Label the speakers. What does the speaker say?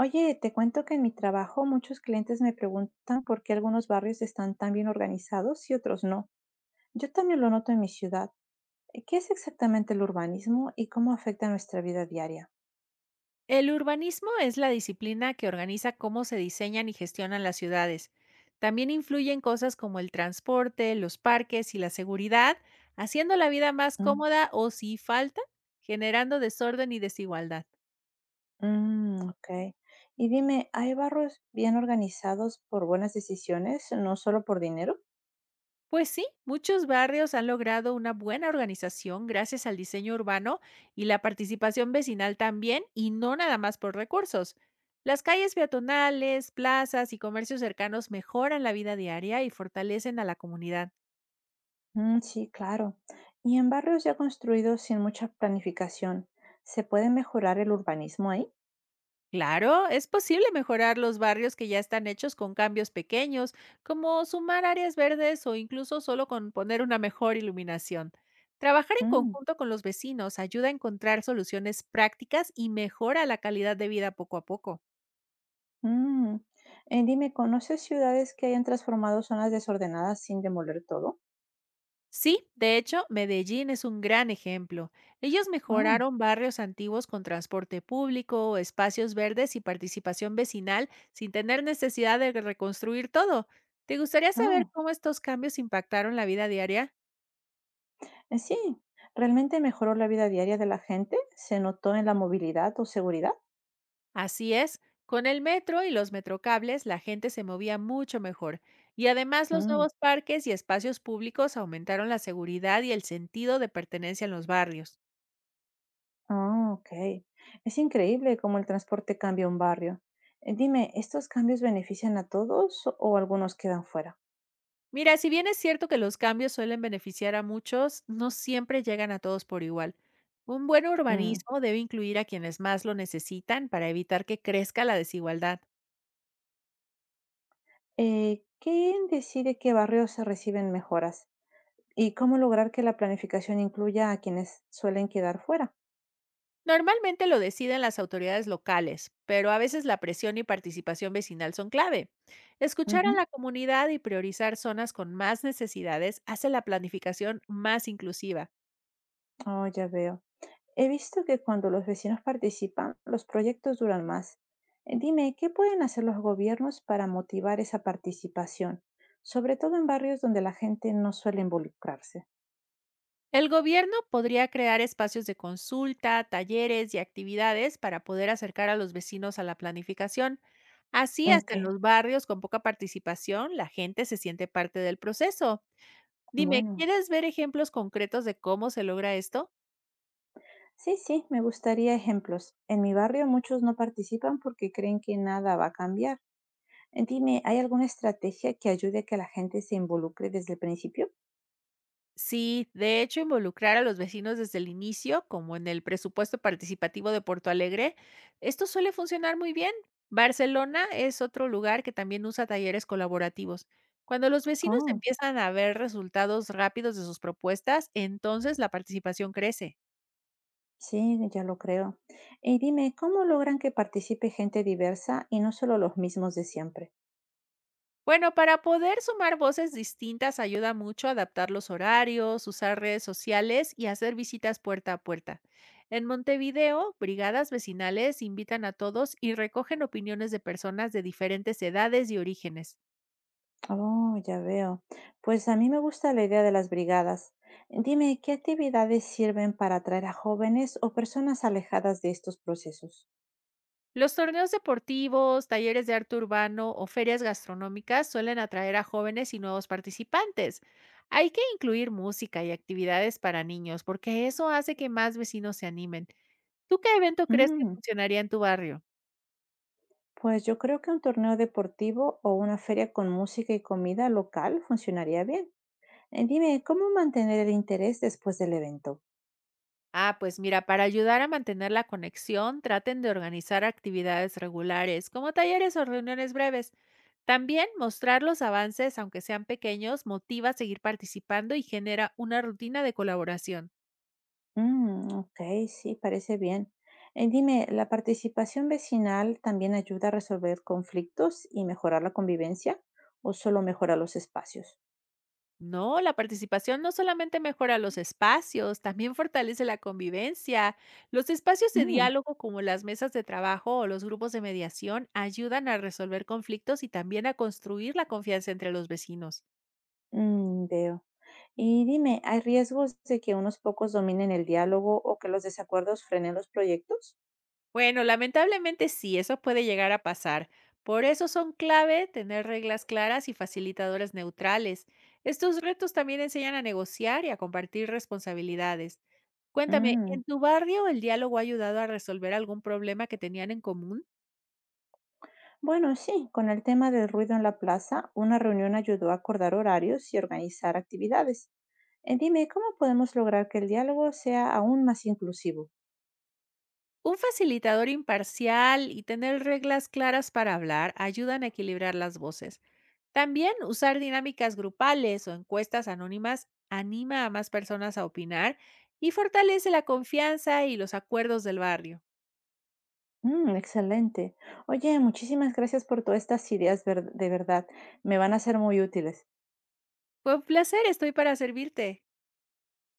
Speaker 1: Oye, te cuento que en mi trabajo muchos clientes me preguntan por qué algunos barrios están tan bien organizados y otros no. Yo también lo noto en mi ciudad. ¿Qué es exactamente el urbanismo y cómo afecta nuestra vida diaria?
Speaker 2: El urbanismo es la disciplina que organiza cómo se diseñan y gestionan las ciudades. También influyen cosas como el transporte, los parques y la seguridad, haciendo la vida más
Speaker 1: Mm,
Speaker 2: cómoda o, si falta, generando desorden y desigualdad.
Speaker 1: mm, ok. Y dime, ¿hay barrios bien organizados por buenas decisiones, no solo por dinero?
Speaker 2: Pues sí, muchos barrios han logrado una buena organización gracias al diseño urbano y la participación vecinal también, y no nada más por recursos. Las calles peatonales, plazas y comercios cercanos mejoran la vida diaria y fortalecen a la comunidad.
Speaker 1: Mm, sí, claro. Y en barrios ya construidos sin mucha planificación, ¿se puede mejorar el urbanismo ahí?
Speaker 2: Claro, es posible mejorar los barrios que ya están hechos con cambios pequeños, como sumar áreas verdes o incluso solo con poner una mejor iluminación. Trabajar en
Speaker 1: Mm.
Speaker 2: conjunto con los vecinos ayuda a encontrar soluciones prácticas y mejora la calidad de vida poco a poco.
Speaker 1: Mm, Dime, ¿conoces ciudades que hayan transformado zonas desordenadas sin demoler todo?
Speaker 2: Sí, de hecho, Medellín es un gran ejemplo. Ellos
Speaker 1: Oh,
Speaker 2: mejoraron barrios antiguos con transporte público, espacios verdes y participación vecinal sin tener necesidad de reconstruir todo. ¿Te gustaría saber
Speaker 1: claro.
Speaker 2: cómo estos cambios impactaron la vida diaria?
Speaker 1: Sí, ¿realmente mejoró la vida diaria de la gente? ¿Se notó en la movilidad o seguridad?
Speaker 2: Así es, con el metro y los metrocables la gente se movía mucho mejor y además los
Speaker 1: Mm,
Speaker 2: nuevos parques y espacios públicos aumentaron la seguridad y el sentido de pertenencia en los barrios.
Speaker 1: ah, ok. Es increíble cómo el transporte cambia un barrio. Dime, ¿estos cambios benefician a todos o algunos quedan fuera?
Speaker 2: Mira, si bien es cierto que los cambios suelen beneficiar a muchos, no siempre llegan a todos por igual. Un buen
Speaker 1: Mm,
Speaker 2: urbanismo debe incluir a quienes más lo necesitan para evitar que crezca la desigualdad.
Speaker 1: ¿Quién decide qué barrios se reciben mejoras? ¿Y cómo lograr que la planificación incluya a quienes suelen quedar fuera?
Speaker 2: Normalmente lo deciden las autoridades locales, pero a veces la presión y participación vecinal son clave. Escuchar a
Speaker 1: Ujú.
Speaker 2: la comunidad y priorizar zonas con más necesidades hace la planificación más inclusiva.
Speaker 1: Oh, ya veo. He visto que cuando los vecinos participan, los proyectos duran más. Dime, ¿qué pueden hacer los gobiernos para motivar esa participación? Sobre todo en barrios donde la gente no suele involucrarse.
Speaker 2: El gobierno podría crear espacios de consulta, talleres y actividades para poder acercar a los vecinos a la planificación. Así,
Speaker 1: Ok,
Speaker 2: hasta en los barrios con poca participación, la gente se siente parte del proceso. Dime,
Speaker 1: bueno.
Speaker 2: ¿quieres ver ejemplos concretos de cómo se logra esto?
Speaker 1: Sí, sí, me gustaría ejemplos. En mi barrio muchos no participan porque creen que nada va a cambiar. Dime, ¿hay alguna estrategia que ayude a que la gente se involucre desde el principio?
Speaker 2: Sí, de hecho, involucrar a los vecinos desde el inicio, como en el presupuesto participativo de Porto Alegre, esto suele funcionar muy bien. Barcelona es otro lugar que también usa talleres colaborativos. Cuando los vecinos
Speaker 1: Oh.
Speaker 2: empiezan a ver resultados rápidos de sus propuestas, entonces la participación crece.
Speaker 1: Sí, ya lo creo. Y dime, ¿cómo logran que participe gente diversa y no solo los mismos de siempre?
Speaker 2: Bueno, para poder sumar voces distintas ayuda mucho adaptar los horarios, usar redes sociales y hacer visitas puerta a puerta. En Montevideo, brigadas vecinales invitan a todos y recogen opiniones de personas de diferentes edades y orígenes.
Speaker 1: Oh, ya veo. Pues a mí me gusta la idea de las brigadas. Dime, ¿qué actividades sirven para atraer a jóvenes o personas alejadas de estos procesos?
Speaker 2: Los torneos deportivos, talleres de arte urbano o ferias gastronómicas suelen atraer a jóvenes y nuevos participantes. Hay que incluir música y actividades para niños porque eso hace que más vecinos se animen. ¿Tú qué evento crees que
Speaker 1: Mm,
Speaker 2: funcionaría en tu barrio?
Speaker 1: pues yo creo que un torneo deportivo o una feria con música y comida local funcionaría bien. Dime, ¿cómo mantener el interés después del evento?
Speaker 2: Ah, pues mira, para ayudar a mantener la conexión, traten de organizar actividades regulares, como talleres o reuniones breves. También mostrar los avances, aunque sean pequeños, motiva a seguir participando y genera una rutina de colaboración.
Speaker 1: Mm, ok, sí, parece bien. Dime, ¿la participación vecinal también ayuda a resolver conflictos y mejorar la convivencia o solo mejora los espacios?
Speaker 2: No, la participación no solamente mejora los espacios, también fortalece la convivencia. Los espacios de
Speaker 1: Mm,
Speaker 2: diálogo como las mesas de trabajo o los grupos de mediación ayudan a resolver conflictos y también a construir la confianza entre los vecinos.
Speaker 1: mm, veo. Y dime, ¿hay riesgos de que unos pocos dominen el diálogo o que los desacuerdos frenen los proyectos?
Speaker 2: Bueno, lamentablemente sí, eso puede llegar a pasar. Por eso son clave tener reglas claras y facilitadores neutrales. Estos retos también enseñan a negociar y a compartir responsabilidades. Cuéntame,
Speaker 1: Mm,
Speaker 2: ¿en tu barrio el diálogo ha ayudado a resolver algún problema que tenían en común?
Speaker 1: bueno, sí, con el tema del ruido en la plaza, una reunión ayudó a acordar horarios y organizar actividades. Dime, ¿cómo podemos lograr que el diálogo sea aún más inclusivo?
Speaker 2: Un facilitador imparcial y tener reglas claras para hablar ayudan a equilibrar las voces. También usar dinámicas grupales o encuestas anónimas anima a más personas a opinar y fortalece la confianza y los acuerdos del barrio.
Speaker 1: Mm, excelente. Oye, muchísimas gracias por todas estas ideas, de verdad. Me van a ser muy útiles.
Speaker 2: Con placer, estoy para servirte.